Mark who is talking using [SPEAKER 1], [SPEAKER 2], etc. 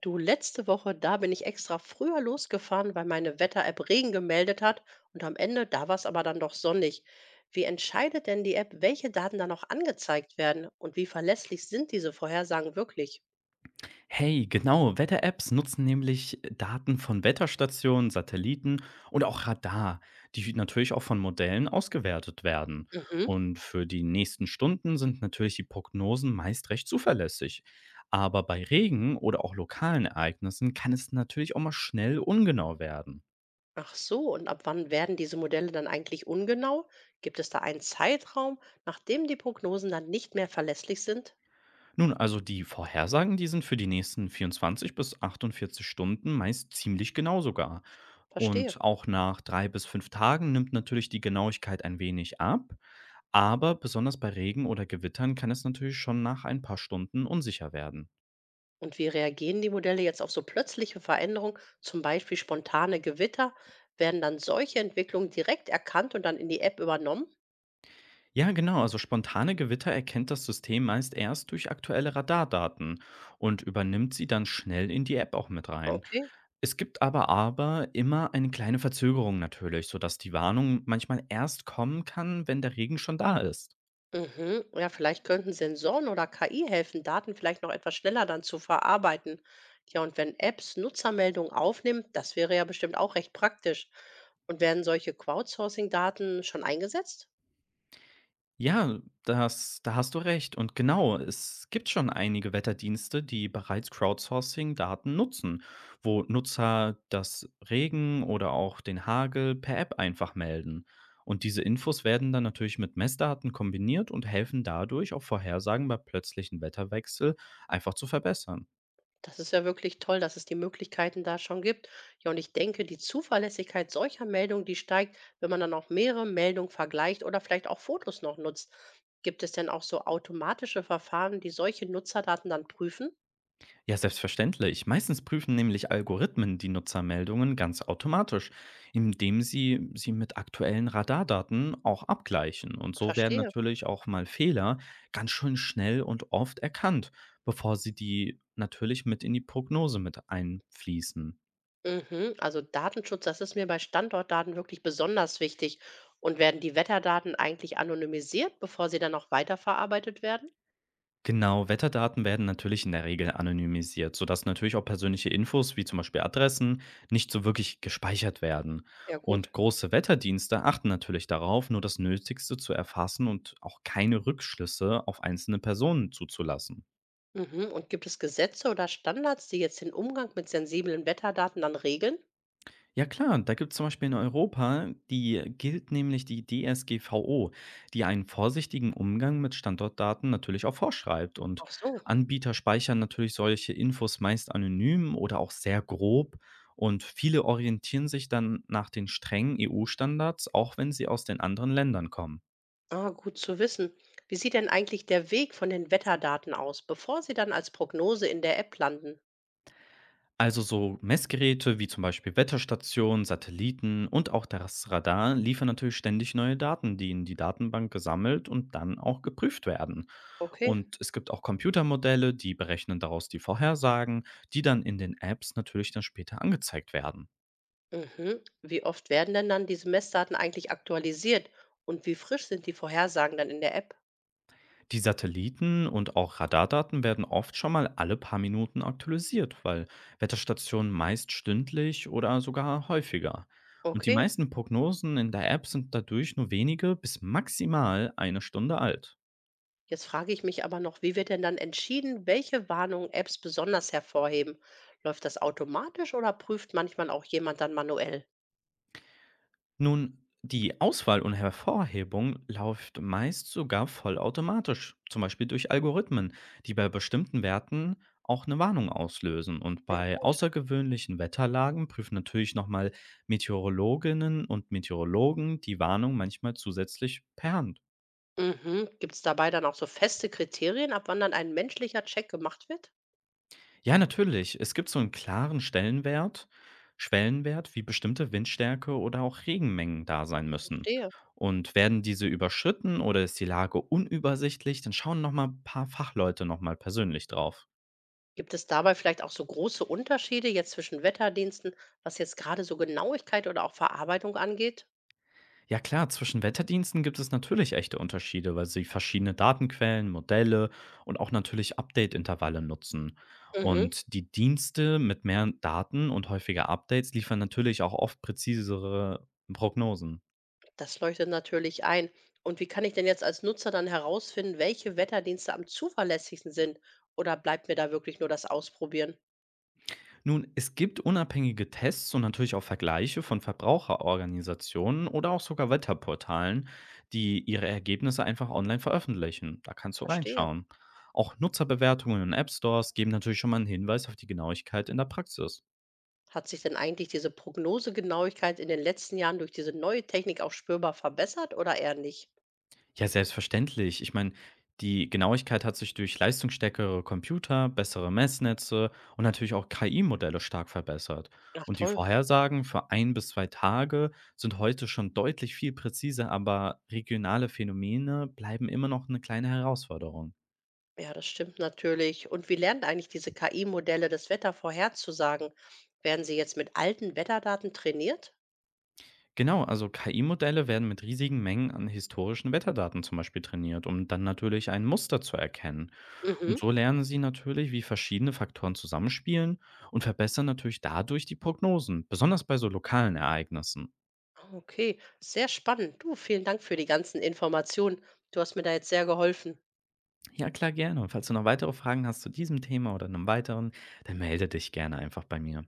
[SPEAKER 1] Du, letzte Woche, da bin ich extra früher losgefahren, weil meine Wetter-App Regen gemeldet hat und am Ende, da war es aber dann doch sonnig. Wie entscheidet denn die App, welche Daten dann noch angezeigt werden und wie verlässlich sind diese Vorhersagen wirklich?
[SPEAKER 2] Hey, genau, Wetter-Apps nutzen nämlich Daten von Wetterstationen, Satelliten und auch Radar, die natürlich auch von Modellen ausgewertet werden.
[SPEAKER 1] Mhm.
[SPEAKER 2] Und für die nächsten Stunden sind natürlich die Prognosen meist recht zuverlässig. Aber bei Regen oder auch lokalen Ereignissen kann es natürlich auch mal schnell ungenau werden.
[SPEAKER 1] Ach so, und ab wann werden diese Modelle dann eigentlich ungenau? Gibt es da einen Zeitraum, nachdem die Prognosen dann nicht mehr verlässlich sind?
[SPEAKER 2] Nun, also die Vorhersagen, die sind für die nächsten 24 bis 48 Stunden meist ziemlich genau sogar.
[SPEAKER 1] Verstehe.
[SPEAKER 2] Und auch nach drei bis fünf Tagen nimmt natürlich die Genauigkeit ein wenig ab, aber besonders bei Regen oder Gewittern kann es natürlich schon nach ein paar Stunden unsicher werden.
[SPEAKER 1] Und wie reagieren die Modelle jetzt auf so plötzliche Veränderungen, zum Beispiel spontane Gewitter? Werden dann solche Entwicklungen direkt erkannt und dann in die App übernommen?
[SPEAKER 2] Ja, genau, also spontane Gewitter erkennt das System meist erst durch aktuelle Radardaten und übernimmt sie dann schnell in die App auch mit rein.
[SPEAKER 1] Okay.
[SPEAKER 2] Es gibt aber immer eine kleine Verzögerung natürlich, sodass die Warnung manchmal erst kommen kann, wenn der Regen schon da ist.
[SPEAKER 1] Mhm. Ja, vielleicht könnten Sensoren oder KI helfen, Daten vielleicht noch etwas schneller dann zu verarbeiten. Ja, und wenn Apps Nutzermeldungen aufnehmen, das wäre ja bestimmt auch recht praktisch. Und werden solche Crowdsourcing-Daten schon eingesetzt?
[SPEAKER 2] Ja, das da hast du recht. Und genau, es gibt schon einige Wetterdienste, die bereits Crowdsourcing-Daten nutzen, wo Nutzer das Regen oder auch den Hagel per App einfach melden. Und diese Infos werden dann natürlich mit Messdaten kombiniert und helfen dadurch, auch Vorhersagen bei plötzlichen Wetterwechsel einfach zu verbessern.
[SPEAKER 1] Das ist ja wirklich toll, dass es die Möglichkeiten da schon gibt. Ja, und ich denke, die Zuverlässigkeit solcher Meldungen, die steigt, wenn man dann auch mehrere Meldungen vergleicht oder vielleicht auch Fotos noch nutzt. Gibt es denn auch so automatische Verfahren, die solche Nutzerdaten dann prüfen?
[SPEAKER 2] Ja, selbstverständlich. Meistens prüfen nämlich Algorithmen die Nutzermeldungen ganz automatisch, indem sie sie mit aktuellen Radardaten auch abgleichen. Und so werden
[SPEAKER 1] Verstehe.
[SPEAKER 2] natürlich auch mal Fehler ganz schön schnell und oft erkannt, bevor sie die natürlich mit in die Prognose mit einfließen.
[SPEAKER 1] Mhm. Also Datenschutz, das ist mir bei Standortdaten wirklich besonders wichtig. Und werden die Wetterdaten eigentlich anonymisiert, bevor sie dann auch weiterverarbeitet werden?
[SPEAKER 2] Genau, Wetterdaten werden natürlich in der Regel anonymisiert, sodass natürlich auch persönliche Infos wie zum Beispiel Adressen nicht so wirklich gespeichert werden.
[SPEAKER 1] Ja, gut.
[SPEAKER 2] Und große Wetterdienste achten natürlich darauf, nur das Nötigste zu erfassen und auch keine Rückschlüsse auf einzelne Personen zuzulassen.
[SPEAKER 1] Mhm. Und gibt es Gesetze oder Standards, die jetzt den Umgang mit sensiblen Wetterdaten dann regeln?
[SPEAKER 2] Ja klar, da gibt es zum Beispiel in Europa, die gilt nämlich die DSGVO, die einen vorsichtigen Umgang mit Standortdaten natürlich auch vorschreibt. Und
[SPEAKER 1] Ach so.
[SPEAKER 2] Anbieter speichern natürlich solche Infos meist anonym oder auch sehr grob. Und viele orientieren sich dann nach den strengen EU-Standards, auch wenn sie aus den anderen Ländern kommen.
[SPEAKER 1] Ah, gut zu wissen. Wie sieht denn eigentlich der Weg von den Wetterdaten aus, bevor sie dann als Prognose in der App landen?
[SPEAKER 2] Also so Messgeräte wie zum Beispiel Wetterstationen, Satelliten und auch das Radar liefern natürlich ständig neue Daten, die in die Datenbank gesammelt und dann auch geprüft werden.
[SPEAKER 1] Okay.
[SPEAKER 2] Und es gibt auch Computermodelle, die berechnen daraus die Vorhersagen, die dann in den Apps natürlich dann später angezeigt werden.
[SPEAKER 1] Mhm. Wie oft werden denn dann diese Messdaten eigentlich aktualisiert und wie frisch sind die Vorhersagen dann in der App?
[SPEAKER 2] Die Satelliten und auch Radardaten werden oft schon mal alle paar Minuten aktualisiert, weil Wetterstationen meist stündlich oder sogar häufiger. Und die
[SPEAKER 1] Okay.
[SPEAKER 2] meisten Prognosen in der App sind dadurch nur wenige bis maximal eine Stunde alt.
[SPEAKER 1] Jetzt frage ich mich aber noch, wie wird denn dann entschieden, welche Warnungen Apps besonders hervorheben? Läuft das automatisch oder prüft manchmal auch jemand dann manuell?
[SPEAKER 2] Nun, die Auswahl und Hervorhebung läuft meist sogar vollautomatisch, zum Beispiel durch Algorithmen, die bei bestimmten Werten auch eine Warnung auslösen. Und
[SPEAKER 1] Ja,
[SPEAKER 2] bei
[SPEAKER 1] gut.
[SPEAKER 2] außergewöhnlichen Wetterlagen prüfen natürlich nochmal Meteorologinnen und Meteorologen die Warnung manchmal zusätzlich per Hand.
[SPEAKER 1] Mhm. Gibt es dabei dann auch so feste Kriterien, ab wann dann ein menschlicher Check gemacht wird?
[SPEAKER 2] Ja, natürlich. Es gibt so einen klaren Stellenwert Schwellenwert, wie bestimmte Windstärke oder auch Regenmengen da sein müssen.
[SPEAKER 1] Verstehe.
[SPEAKER 2] Und werden diese überschritten oder ist die Lage unübersichtlich, dann schauen noch mal paar Fachleute noch mal persönlich drauf.
[SPEAKER 1] Gibt es dabei vielleicht auch so große Unterschiede jetzt zwischen Wetterdiensten, was jetzt gerade so Genauigkeit oder auch Verarbeitung angeht?
[SPEAKER 2] Ja klar, zwischen Wetterdiensten gibt es natürlich echte Unterschiede, weil sie verschiedene Datenquellen, Modelle und auch natürlich Update-Intervalle nutzen.
[SPEAKER 1] Mhm,
[SPEAKER 2] Und die Dienste mit mehr Daten und häufiger Updates liefern natürlich auch oft präzisere Prognosen.
[SPEAKER 1] das leuchtet natürlich ein. Und wie kann ich denn jetzt als Nutzer dann herausfinden, welche Wetterdienste am zuverlässigsten sind? Oder bleibt mir da wirklich nur das Ausprobieren?
[SPEAKER 2] Nun, es gibt unabhängige Tests und natürlich auch Vergleiche von Verbraucherorganisationen oder auch sogar Wetterportalen, die ihre Ergebnisse einfach online veröffentlichen. Da kannst du
[SPEAKER 1] Verstehe.
[SPEAKER 2] reinschauen. Auch Nutzerbewertungen in App Stores geben natürlich schon mal einen Hinweis auf die Genauigkeit in der Praxis.
[SPEAKER 1] Hat sich denn eigentlich diese Prognosegenauigkeit in den letzten Jahren durch diese neue Technik auch spürbar verbessert oder eher nicht?
[SPEAKER 2] Ja, selbstverständlich. Ich meine, die Genauigkeit hat sich durch leistungsstärkere Computer, bessere Messnetze und natürlich auch KI-Modelle stark verbessert.
[SPEAKER 1] Ach
[SPEAKER 2] Und die
[SPEAKER 1] toll.
[SPEAKER 2] Vorhersagen für ein bis zwei Tage sind heute schon deutlich viel präziser, aber regionale Phänomene bleiben immer noch eine kleine Herausforderung.
[SPEAKER 1] Ja, das stimmt natürlich. Und wie lernen eigentlich diese KI-Modelle, das Wetter vorherzusagen? Werden sie jetzt mit alten Wetterdaten trainiert?
[SPEAKER 2] Genau, also KI-Modelle werden mit riesigen Mengen an historischen Wetterdaten zum Beispiel trainiert, um dann natürlich ein Muster zu erkennen. Und
[SPEAKER 1] Mhm.
[SPEAKER 2] so lernen sie natürlich, wie verschiedene Faktoren zusammenspielen und verbessern natürlich dadurch die Prognosen, besonders bei so lokalen Ereignissen.
[SPEAKER 1] Okay, sehr spannend. Du, vielen Dank für die ganzen Informationen. Du hast mir da jetzt sehr geholfen.
[SPEAKER 2] Ja, klar, gerne. Und falls du noch weitere Fragen hast zu diesem Thema oder einem weiteren, dann melde dich gerne einfach bei mir.